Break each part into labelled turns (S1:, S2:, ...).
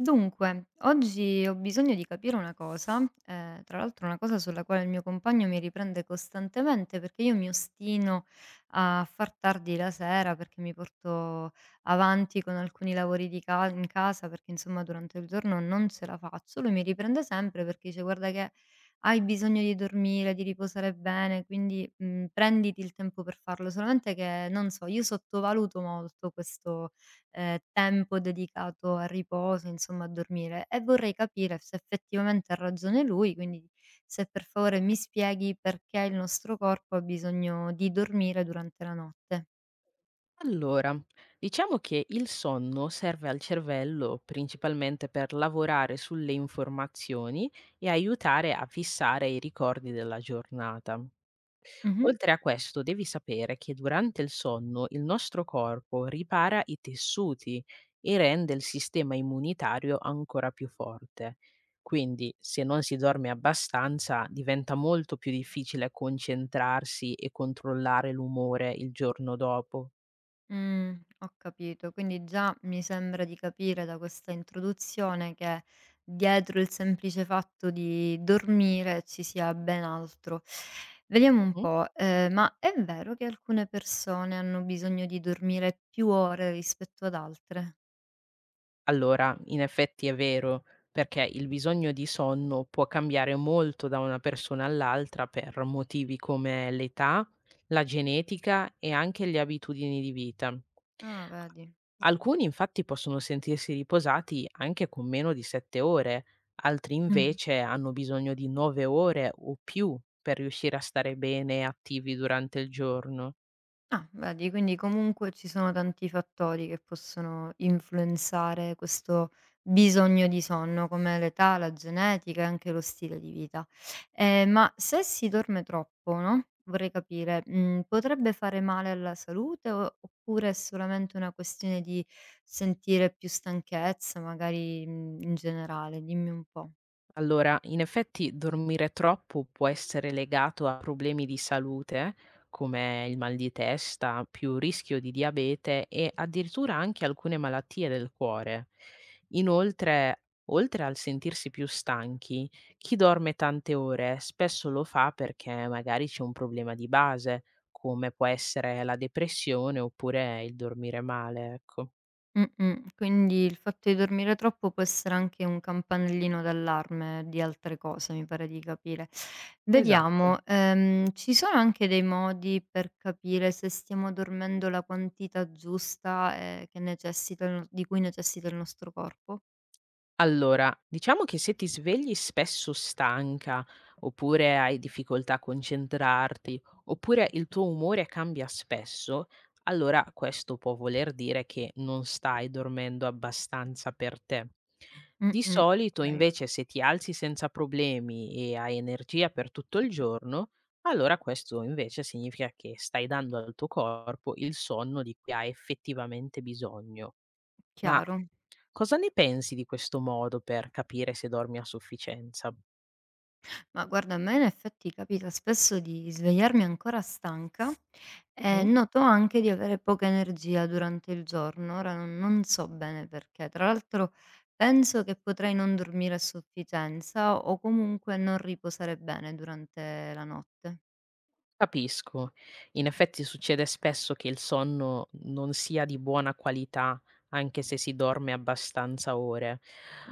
S1: Dunque, oggi ho bisogno di capire una cosa, tra l'altro una cosa sulla quale il mio compagno mi riprende costantemente perché io mi ostino a far tardi la sera, perché mi porto avanti con alcuni lavori di ca in casa, perché insomma durante il giorno non ce la faccio. Lui mi riprende sempre perché dice: "Guarda che hai bisogno di dormire, di riposare bene, quindi, prenditi il tempo per farlo." Solamente che non so, io sottovaluto molto questo tempo dedicato al riposo, insomma a dormire e vorrei capire se effettivamente ha ragione lui, quindi se per favore mi spieghi perché il nostro corpo ha bisogno di dormire durante la notte.
S2: Allora, diciamo che il sonno serve al cervello principalmente per lavorare sulle informazioni e aiutare a fissare i ricordi della giornata.
S1: Mh-mh.
S2: Oltre a questo, devi sapere che durante il sonno il nostro corpo ripara i tessuti e rende il sistema immunitario ancora più forte. Quindi, se non si dorme abbastanza, diventa molto più difficile concentrarsi e controllare l'umore il giorno dopo.
S1: Mh, ho capito. Quindi già mi sembra di capire da questa introduzione che dietro il semplice fatto di dormire ci sia ben altro. Vediamo un po', ma è vero che alcune persone hanno bisogno di dormire più ore rispetto ad altre?
S2: Allora, in effetti è vero, perché il bisogno di sonno può cambiare molto da una persona all'altra per motivi come l'età, la genetica e anche le abitudini di vita.
S1: Ah, vedi.
S2: Alcuni infatti possono sentirsi riposati anche con meno di 7 ore, altri invece hanno bisogno di 9 ore o più per riuscire a stare bene e attivi durante il giorno.
S1: Ah, vedi, quindi comunque ci sono tanti fattori che possono influenzare questo bisogno di sonno, come l'età, la genetica e anche lo stile di vita. Ma se si dorme troppo, no? Vorrei capire, potrebbe fare male alla salute oppure è solamente una questione di sentire più stanchezza, magari in generale? Dimmi un po'.
S2: Allora, in effetti dormire troppo può essere legato a problemi di salute, come il mal di testa, più rischio di diabete e addirittura anche alcune malattie del cuore. Inoltre, oltre al sentirsi più stanchi, chi dorme tante ore spesso lo fa perché magari c'è un problema di base, come può essere la depressione oppure il dormire male, ecco.
S1: Mm, mm. Quindi il fatto di dormire troppo può essere anche un campanellino d'allarme di altre cose, mi pare di capire.
S2: Esatto.
S1: Vediamo, ci sono anche dei modi per capire se stiamo dormendo la quantità giusta, che necessita il no di cui necessita il nostro corpo?
S2: Allora, diciamo che se ti svegli spesso stanca, oppure hai difficoltà a concentrarti, oppure il tuo umore cambia spesso, allora questo può voler dire che non stai dormendo abbastanza per te. Di
S1: Mh-mh,
S2: solito,
S1: okay,
S2: invece, se ti alzi senza problemi e hai energia per tutto il giorno, allora questo invece significa che stai dando al tuo corpo il sonno di cui ha effettivamente bisogno. Ma
S1: chiaro.
S2: cosa ne pensi di questo modo per capire se dormi a sufficienza?
S1: Ma guarda, a me in effetti capita spesso di svegliarmi ancora stanca e
S2: Mh-mh.
S1: noto anche di avere poca energia durante il giorno. Ora non so bene perché. Tra l'altro penso che potrei non dormire a sufficienza o comunque non riposare bene durante la notte.
S2: Capisco. In effetti succede spesso che il sonno non sia di buona qualità, anche se si dorme abbastanza ore.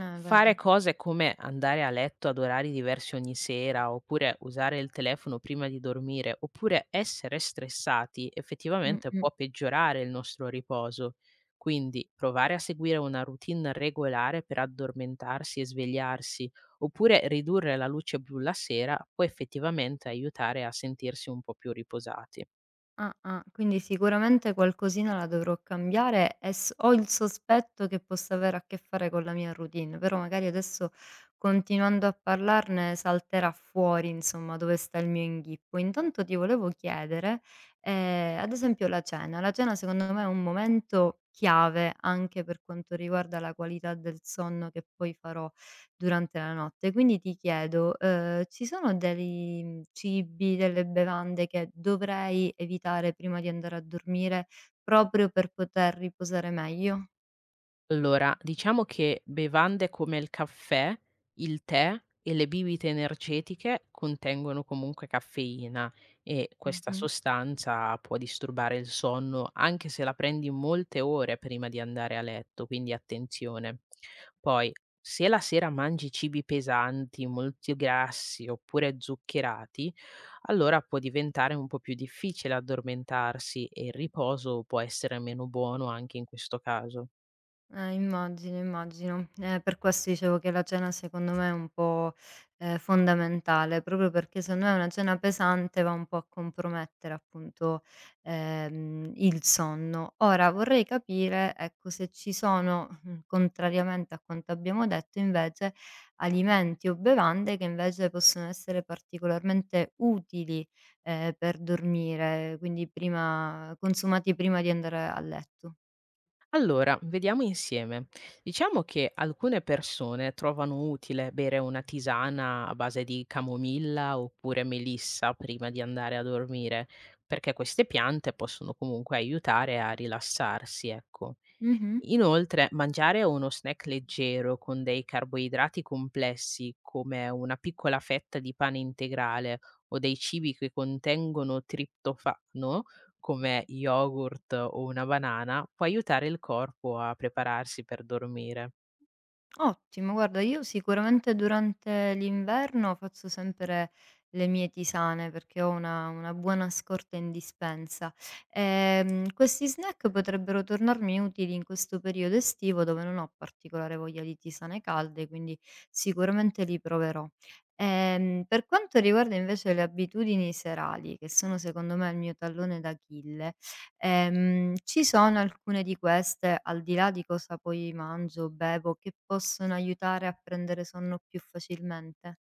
S2: Fare
S1: Vedi.
S2: cose come andare a letto ad orari diversi ogni sera, oppure usare il telefono prima di dormire, oppure essere stressati, effettivamente
S1: Mh-mh.
S2: può peggiorare il nostro riposo. Quindi provare a seguire una routine regolare per addormentarsi e svegliarsi, oppure ridurre la luce blu la sera può effettivamente aiutare a sentirsi un po' più riposati.
S1: Ah-ah. Quindi sicuramente qualcosina la dovrò cambiare e s ho il sospetto che possa avere a che fare con la mia routine, però magari adesso continuando a parlarne salterà fuori, insomma, dove sta il mio inghippo. Intanto ti volevo chiedere, ad esempio la cena. La cena secondo me è un momento chiave anche per quanto riguarda la qualità del sonno che poi farò durante la notte. Quindi ti chiedo, ci sono dei, cibi, delle bevande che dovrei evitare prima di andare a dormire proprio per poter riposare meglio?
S2: Allora, diciamo che bevande come il caffè, il tè e le bibite energetiche contengono comunque caffeina e questa
S1: Mh-mh.
S2: sostanza può disturbare il sonno anche se la prendi molte ore prima di andare a letto, quindi attenzione. Poi, se la sera mangi cibi pesanti, molto grassi oppure zuccherati, allora può diventare un po' più difficile addormentarsi e il riposo può essere meno buono anche in questo caso.
S1: Immagino, immagino. Per questo dicevo che la cena secondo me è un po', fondamentale, proprio perché se no è una cena pesante va un po' a compromettere appunto, il sonno. Ora vorrei capire, ecco, se ci sono, contrariamente a quanto abbiamo detto invece, alimenti o bevande che invece possono essere particolarmente utili, per dormire, quindi prima consumati prima di andare a letto.
S2: Allora, vediamo insieme. Diciamo che alcune persone trovano utile bere una tisana a base di camomilla oppure melissa prima di andare a dormire, perché queste piante possono comunque aiutare a rilassarsi, ecco.
S1: Mh-mh.
S2: Inoltre, mangiare uno snack leggero con dei carboidrati complessi, come una piccola fetta di pane integrale o dei cibi che contengono triptofano, come yogurt o una banana, può aiutare il corpo a prepararsi per dormire.
S1: Ottimo, guarda io sicuramente durante l'inverno faccio sempre le mie tisane perché ho una buona scorta in dispensa. Questi snack potrebbero tornarmi utili in questo periodo estivo dove non ho particolare voglia di tisane calde, quindi sicuramente li proverò. Per quanto riguarda invece le abitudini serali, che sono secondo me il mio tallone d'Achille. Ci sono alcune di queste, al di là di cosa poi mangio o bevo, che possono aiutare a prendere sonno più facilmente?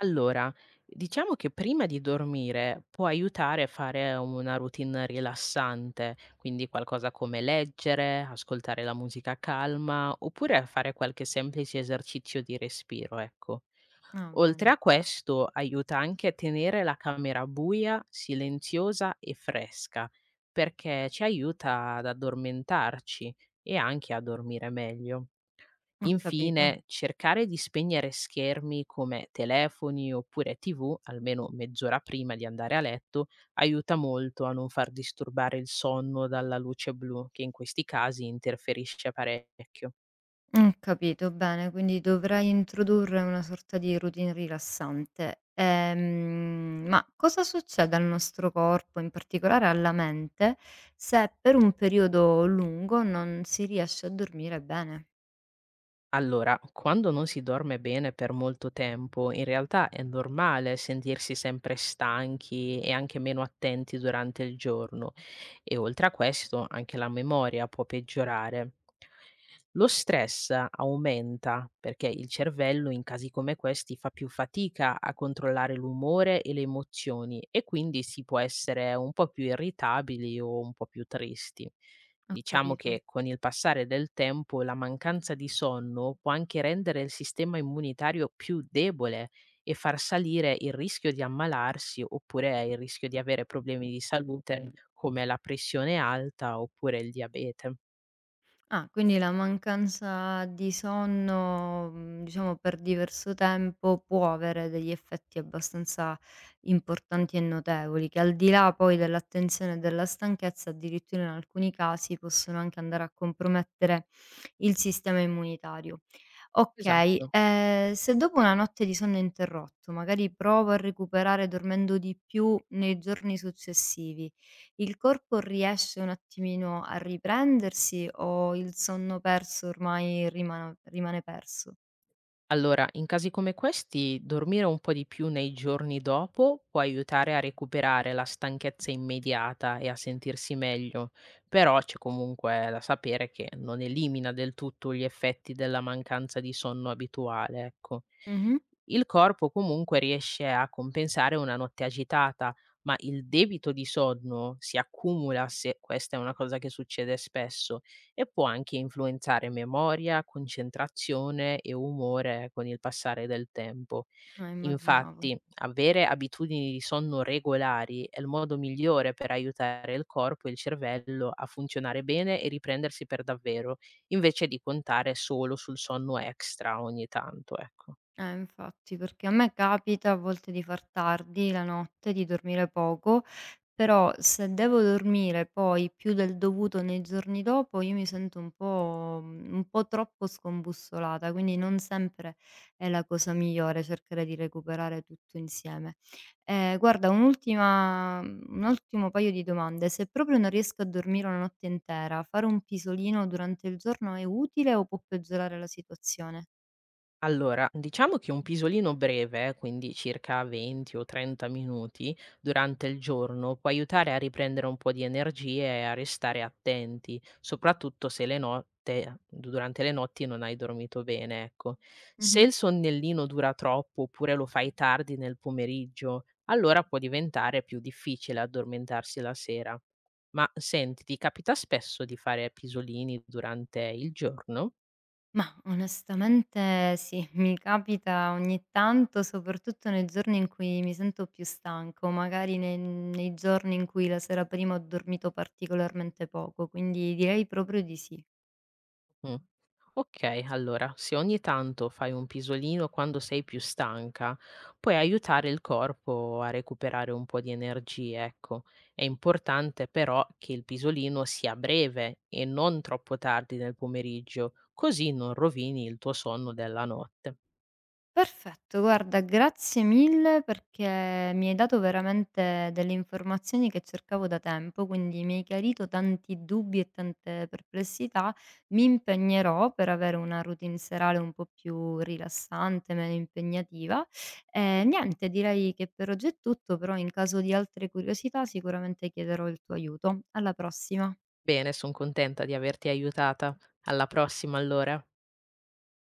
S2: Allora, diciamo che prima di dormire può aiutare a fare una routine rilassante, quindi qualcosa come leggere, ascoltare la musica calma oppure a fare qualche semplice esercizio di respiro, ecco.
S1: Ah,
S2: Oltre a
S1: bene,
S2: questo, aiuta anche a tenere la camera buia, silenziosa e fresca, perché ci aiuta ad addormentarci e anche a dormire meglio.
S1: ho capito.
S2: Infine, cercare di spegnere schermi come telefoni oppure TV almeno mezz'ora prima di andare a letto aiuta molto a non far disturbare il sonno dalla luce blu, che in questi casi interferisce parecchio.
S1: Ho capito, bene, quindi dovrei introdurre una sorta di routine rilassante. Ma cosa succede al nostro corpo, in particolare alla mente, se per un periodo lungo non si riesce a dormire bene?
S2: Allora, quando non si dorme bene per molto tempo, in realtà è normale sentirsi sempre stanchi e anche meno attenti durante il giorno e oltre a questo anche la memoria può peggiorare. Lo stress aumenta perché il cervello in casi come questi fa più fatica a controllare l'umore e le emozioni e quindi si può essere un po' più irritabili o un po' più tristi.
S1: Ho
S2: Diciamo
S1: capito.
S2: che con il passare del tempo la mancanza di sonno può anche rendere il sistema immunitario più debole e far salire il rischio di ammalarsi oppure il rischio di avere problemi di salute come la pressione alta oppure il diabete.
S1: Ah, quindi la mancanza di sonno, diciamo per diverso tempo, può avere degli effetti abbastanza importanti e notevoli, che al di là poi dell'attenzione e della stanchezza, addirittura in alcuni casi possono anche andare a compromettere il sistema immunitario. Okay,
S2: Esatto.
S1: se dopo una notte di sonno interrotto, magari provo a recuperare dormendo di più nei giorni successivi, il corpo riesce un attimino a riprendersi o il sonno perso ormai rimane perso?
S2: Allora, in casi come questi, dormire un po' di più nei giorni dopo può aiutare a recuperare la stanchezza immediata e a sentirsi meglio, però c'è comunque da sapere che non elimina del tutto gli effetti della mancanza di sonno abituale, ecco.
S1: Mh-mh.
S2: Il corpo comunque riesce a compensare una notte agitata, ma il debito di sonno si accumula se questa è una cosa che succede spesso e può anche influenzare memoria, concentrazione e umore con il passare del tempo.
S1: Immaginavo.
S2: Infatti, avere abitudini di sonno regolari è il modo migliore per aiutare il corpo e il cervello a funzionare bene e riprendersi per davvero, invece di contare solo sul sonno extra ogni tanto, ecco.
S1: Infatti, perché a me capita a volte di far tardi la notte, di dormire poco, però se devo dormire poi più del dovuto nei giorni dopo, io mi sento un po', un po' troppo scombussolata, quindi non sempre è la cosa migliore cercare di recuperare tutto insieme. Guarda un'ultima un ultimo paio di domande: se proprio non riesco a dormire una notte intera, fare un pisolino durante il giorno è utile o può peggiorare la situazione?
S2: Allora, diciamo che un pisolino breve, quindi circa 20 o 30 minuti durante il giorno, può aiutare a riprendere un po' di energie e a restare attenti, soprattutto se durante le notti non hai dormito bene, ecco. Se
S1: Mh-mh.
S2: il sonnellino dura troppo oppure lo fai tardi nel pomeriggio, allora può diventare più difficile addormentarsi la sera. Ma senti, ti capita spesso di fare pisolini durante il giorno?
S1: Mah, onestamente sì, mi capita ogni tanto, soprattutto nei giorni in cui mi sento più stanca o magari nei giorni in cui la sera prima ho dormito particolarmente poco, quindi direi proprio di sì.
S2: Mh. Okay, allora, se ogni tanto fai un pisolino quando sei più stanca, puoi aiutare il corpo a recuperare un po' di energie, ecco. È importante però che il pisolino sia breve e non troppo tardi nel pomeriggio, così non rovini il tuo sonno della notte.
S1: Perfetto, guarda, grazie mille perché mi hai dato veramente delle informazioni che cercavo da tempo, quindi mi hai chiarito tanti dubbi e tante perplessità. Mi impegnerò per avere una routine serale un po' più rilassante, meno impegnativa. E niente, direi che per oggi è tutto, però in caso di altre curiosità sicuramente chiederò il tuo aiuto. Alla prossima.
S2: Bene, son contenta di averti aiutata. Alla prossima allora.